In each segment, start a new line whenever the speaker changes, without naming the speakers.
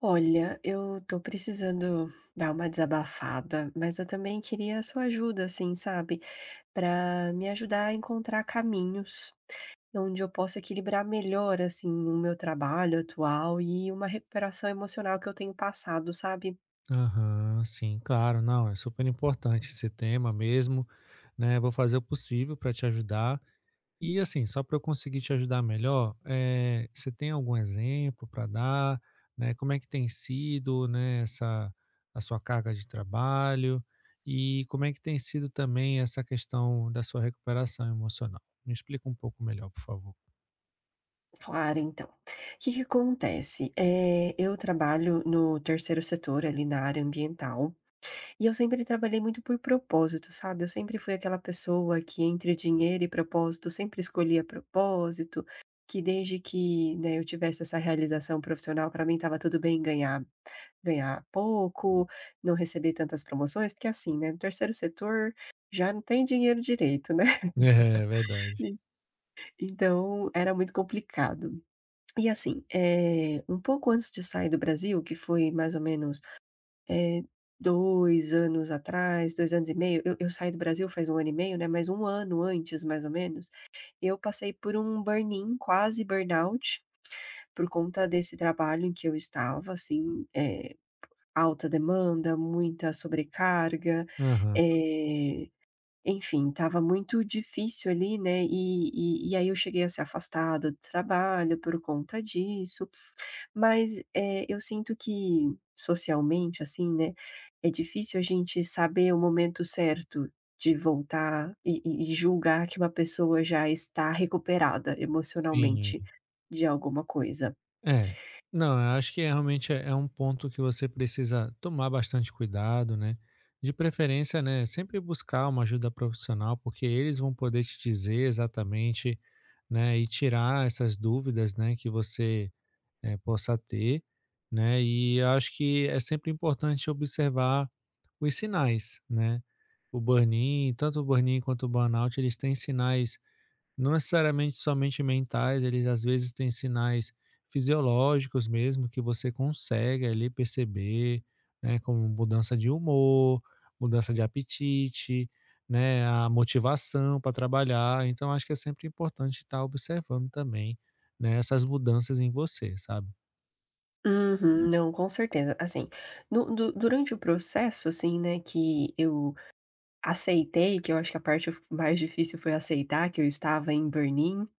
Olha, eu tô precisando dar uma desabafada, mas eu também queria a sua ajuda, assim, sabe? Pra me ajudar a encontrar caminhos onde eu possa equilibrar melhor, assim, o meu trabalho atual e uma recuperação emocional que eu tenho passado, sabe?
Aham, sim, claro, não, é super importante esse tema mesmo, né? Vou fazer o possível para te ajudar. E assim, só para eu conseguir te ajudar melhor, você tem algum exemplo para dar, né? Como é que tem sido, né, essa a sua carga de trabalho e como é que tem sido também essa questão da sua recuperação emocional? Me explica um pouco melhor, por favor.
Claro, então. O que que acontece? É, eu trabalho no terceiro setor, ali na área ambiental. E eu sempre trabalhei muito por propósito, sabe? Eu sempre fui aquela pessoa que entre dinheiro e propósito sempre escolhia propósito, que desde que, né, eu tivesse essa realização profissional, para mim estava tudo bem ganhar pouco, não receber tantas promoções, porque assim, né, no terceiro setor já não tem dinheiro direito, né?
É, verdade.
Então era muito complicado. E assim, um pouco antes de sair do Brasil, que foi mais ou menos eh, 2 anos atrás, 2 anos e meio, eu saí do Brasil faz um ano e meio, né, mas um ano antes, mais ou menos, eu passei por um burn-in, quase burnout, por conta desse trabalho em que eu estava, assim, alta demanda, muita sobrecarga,
Aham,
eh, enfim, estava muito difícil ali, né, e aí eu cheguei a ser afastada do trabalho por conta disso. Mas, eu sinto que socialmente, assim, né, é difícil a gente saber o momento certo de voltar e julgar que uma pessoa já está recuperada
sim.
emocionalmente de alguma coisa.
É. Não, eu acho que é realmente um ponto que você precisa tomar bastante cuidado, né? De preferência, né, sempre buscar uma ajuda profissional, porque eles vão poder te dizer exatamente, né, e tirar essas dúvidas, né, que você possa ter, né? E eu acho que é sempre importante observar os sinais, né? O burn-in, tanto o burn-in quanto o burnout, eles têm sinais não necessariamente somente mentais, eles às vezes têm sinais fisiológicos mesmo que você consegue ali perceber, né, como mudança de humor, mudança de apetite, né, a motivação para trabalhar. Então acho que é sempre importante estar observando também, né, essas mudanças em você, sabe.
Uhum. Não, com certeza. Assim, no du durante o processo, assim, né, que eu aceitei, que eu acho que a parte mais difícil foi aceitar que eu estava em burnout.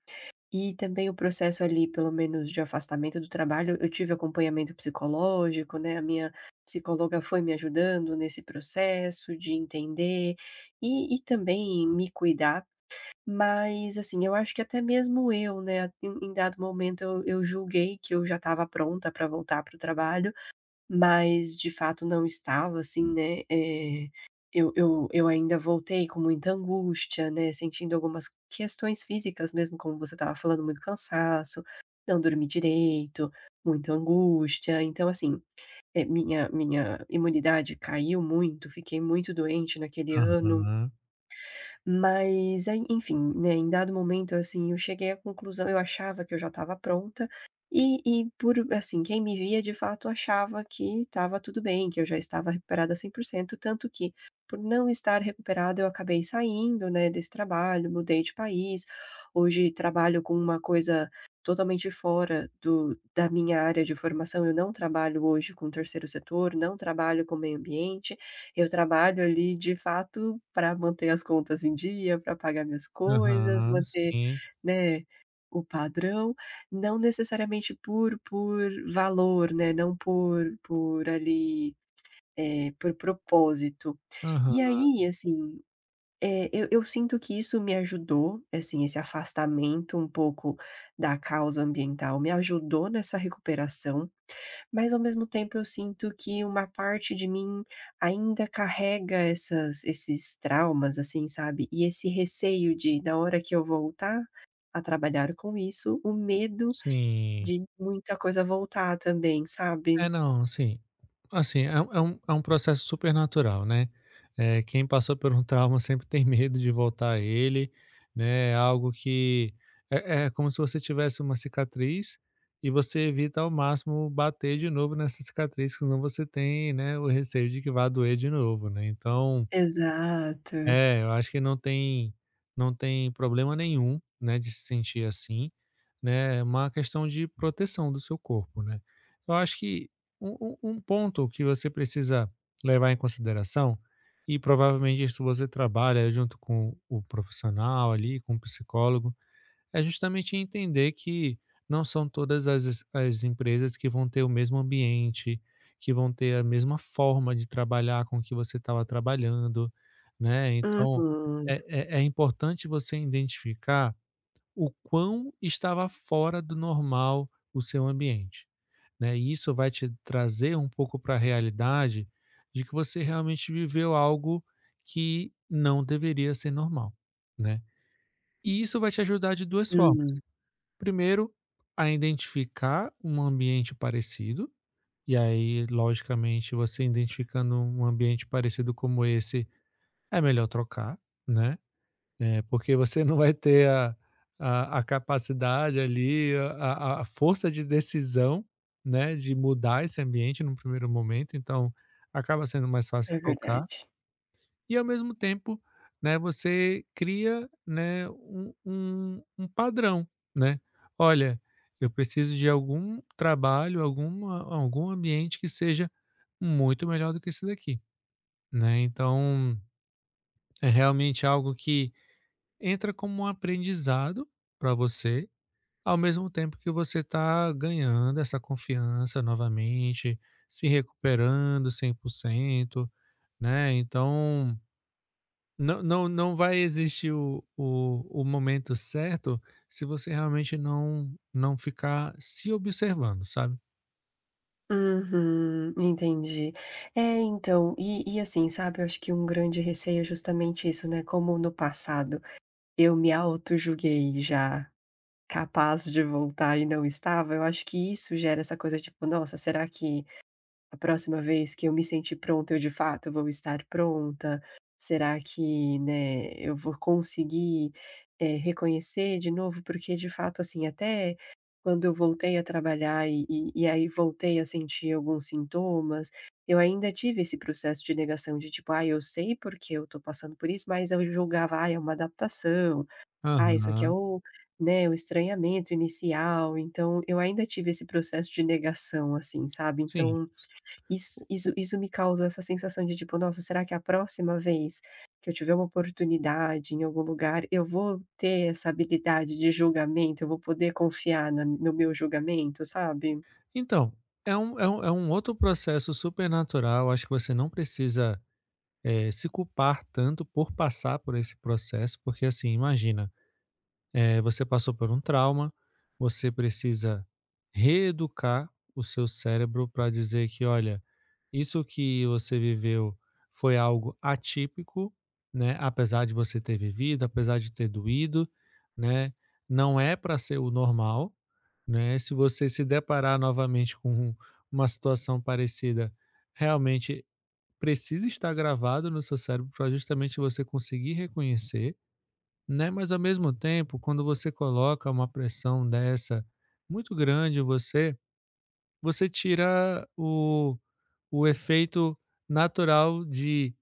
E também o processo ali, pelo menos de afastamento do trabalho, eu tive acompanhamento psicológico, né, a minha psicóloga foi me ajudando nesse processo de entender e também me cuidar, mas, assim, eu acho que até mesmo eu, né, em dado momento eu julguei que eu já estava pronta para voltar para o trabalho, mas de fato não estava, assim, né, eu ainda voltei com muita angústia, né, sentindo algumas questões físicas mesmo, como você estava falando, muito cansaço, não dormi direito, muita angústia. Então assim, minha imunidade caiu muito, fiquei muito doente naquele ano.
Aham,
Mas aí, enfim, né, em dado momento, assim, eu cheguei à conclusão, eu achava que eu já estava pronta, e por assim, quem me via de fato achava que estava tudo bem, que eu já estava recuperada 100%, tanto que, por não estar recuperada, eu acabei saindo, né, desse trabalho, mudei de país, hoje trabalho com uma coisa totalmente fora do da minha área de formação, eu não trabalho hoje com terceiro setor, não trabalho com meio ambiente, eu trabalho ali, de fato, para manter as contas em dia, para pagar minhas coisas,
aham,
manter,
sim,
né, o padrão, não necessariamente por valor, né, não por ali, por propósito. E
aham,
aí, assim, eu sinto que isso me ajudou, assim, esse afastamento um pouco da causa ambiental me ajudou nessa recuperação. Mas ao mesmo tempo eu sinto que uma parte de mim ainda carrega essas esses traumas, assim, sabe, e esse receio de na hora que eu voltar a trabalhar com isso, o medo
sim.
de muita coisa voltar também, sabe?
É, não, sim. Assim, é um processo super natural, né. Eh, quem passou por um trauma sempre tem medo de voltar a ele, né, é algo que é como se você tivesse uma cicatriz e você evita ao máximo bater de novo nessa cicatriz, senão você tem, né, o receio de que vá doer de novo, né. Então,
Exato.
é, eu acho que não tem problema nenhum, né, de se sentir assim, né, é uma questão de proteção do seu corpo, né. Eu acho que um ponto que você precisa levar em consideração, e provavelmente isso você trabalha junto com o profissional ali, com o psicólogo, é justamente entender que não são todas as empresas que vão ter o mesmo ambiente, que vão ter a mesma forma de trabalhar com que você estava trabalhando, né, então
Uhum.
é é importante você identificar o quão estava fora do normal o seu ambiente, né. E isso vai te trazer um pouco para a realidade de que você realmente viveu algo que não deveria ser normal, né. E isso vai te ajudar de duas formas.
Hum,
Primeiro, a identificar um ambiente parecido, e aí, logicamente, você identificando um ambiente parecido como esse, é melhor trocar, né. É, porque você não vai ter a capacidade ali, a força de decisão, né, de mudar esse ambiente num primeiro momento, então acaba sendo mais fácil
é
tocar
verdade.
e ao mesmo tempo, né, você cria, né, um padrão, né. "Olha, eu preciso de algum trabalho, algum ambiente que seja muito melhor do que esse daqui", né, então é realmente algo que entra como um aprendizado para você, ao mesmo tempo que você está ganhando essa confiança novamente, se recuperando 100%, né? Então, não vai existir o momento certo se você realmente não ficar se observando, sabe?
Uhum, entendi. É, então, e assim, sabe, eu acho que um grande receio é justamente isso, né, como no passado eu me autojulguei já. Capaz de voltar e não estava, eu acho que isso gera essa coisa, tipo: "Nossa, será que a próxima vez que eu me sentir pronta, eu de fato vou estar pronta? Será que, né, eu vou conseguir, reconhecer de novo?" Porque de fato, assim, até quando eu voltei a trabalhar e aí voltei a sentir alguns sintomas, eu ainda tive esse processo de negação de tipo: "ah, eu sei porque eu tô passando por isso", mas eu julgava: "ah, é uma adaptação". Ah, isso aqui é
Aham,
o né, o estranhamento inicial, então eu ainda tive esse processo de negação, assim, sabe,
sim.
então isso
O-
isso
o-
isso me causou essa sensação de tipo: "Nossa, será que é a próxima vez que eu tiver uma oportunidade em algum lugar, eu vou ter essa habilidade de julgamento? Eu vou poder confiar na no meu julgamento?", sabe?
Então, é um outro processo super natural, acho que você não precisa se culpar tanto por passar por esse processo, porque assim, imagina, você passou por um trauma, você precisa reeducar o seu cérebro para dizer que, olha, isso que você viveu foi algo atípico, né? Apesar de você ter vivido, apesar de ter doído, né? Não é para ser o normal, né? Se você se deparar novamente com uma situação parecida, realmente precisa estar gravado no seu cérebro para justamente você conseguir reconhecer, né? Mas ao mesmo tempo, quando você coloca uma pressão dessa muito grande em você, você tira o efeito natural de,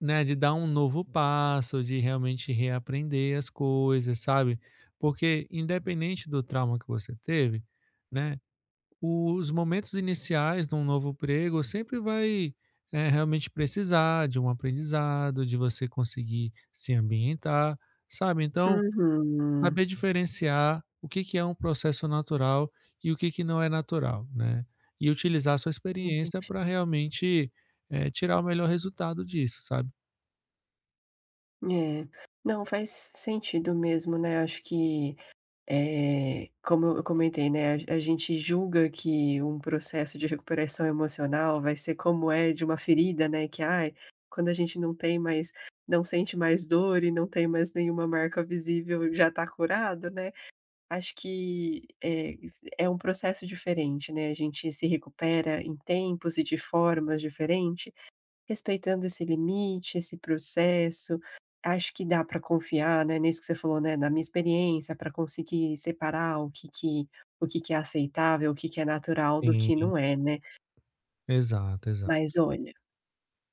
né, de dar um novo passo, de realmente reaprender as coisas, sabe? Porque independente do trauma que você teve, né? Os momentos iniciais de um novo emprego sempre vai, realmente precisar de um aprendizado, de você conseguir se ambientar, sabe. Então,
Uhum.
saber diferenciar o que que é um processo natural e o que que não é natural, né. E utilizar a sua experiência
Entendi.
para realmente, tirar o melhor resultado disso, sabe.
É. Não, faz sentido mesmo, né, acho que, como eu comentei, né, a gente julga que um processo de recuperação emocional vai ser como é de uma ferida, né, que, ai, quando a gente não sente mais dor e não tem mais nenhuma marca visível, já tá curado, né. Acho que, é um processo diferente, né, a gente se recupera em tempos e de formas diferentes. Respeitando esse limite, esse processo, acho que dá para confiar, né, nisso que você falou, né, da minha experiência para conseguir separar o que que é aceitável, o que que é natural do
Sim.
que não é, né.
Exato, exato.
Mas olha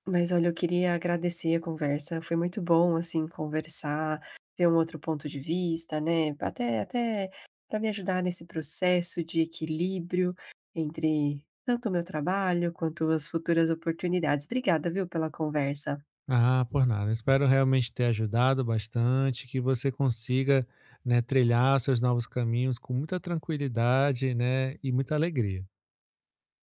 mas olha, eu queria agradecer a conversa, foi muito bom, assim, conversar, ter um outro ponto de vista, né, até para me ajudar nesse processo de equilíbrio entre tanto o meu trabalho quanto as futuras oportunidades. Obrigada, viu, pela conversa.
Ah, por nada. Espero realmente ter ajudado bastante, que você consiga, né, trilhar seus novos caminhos com muita tranquilidade, né, e muita alegria.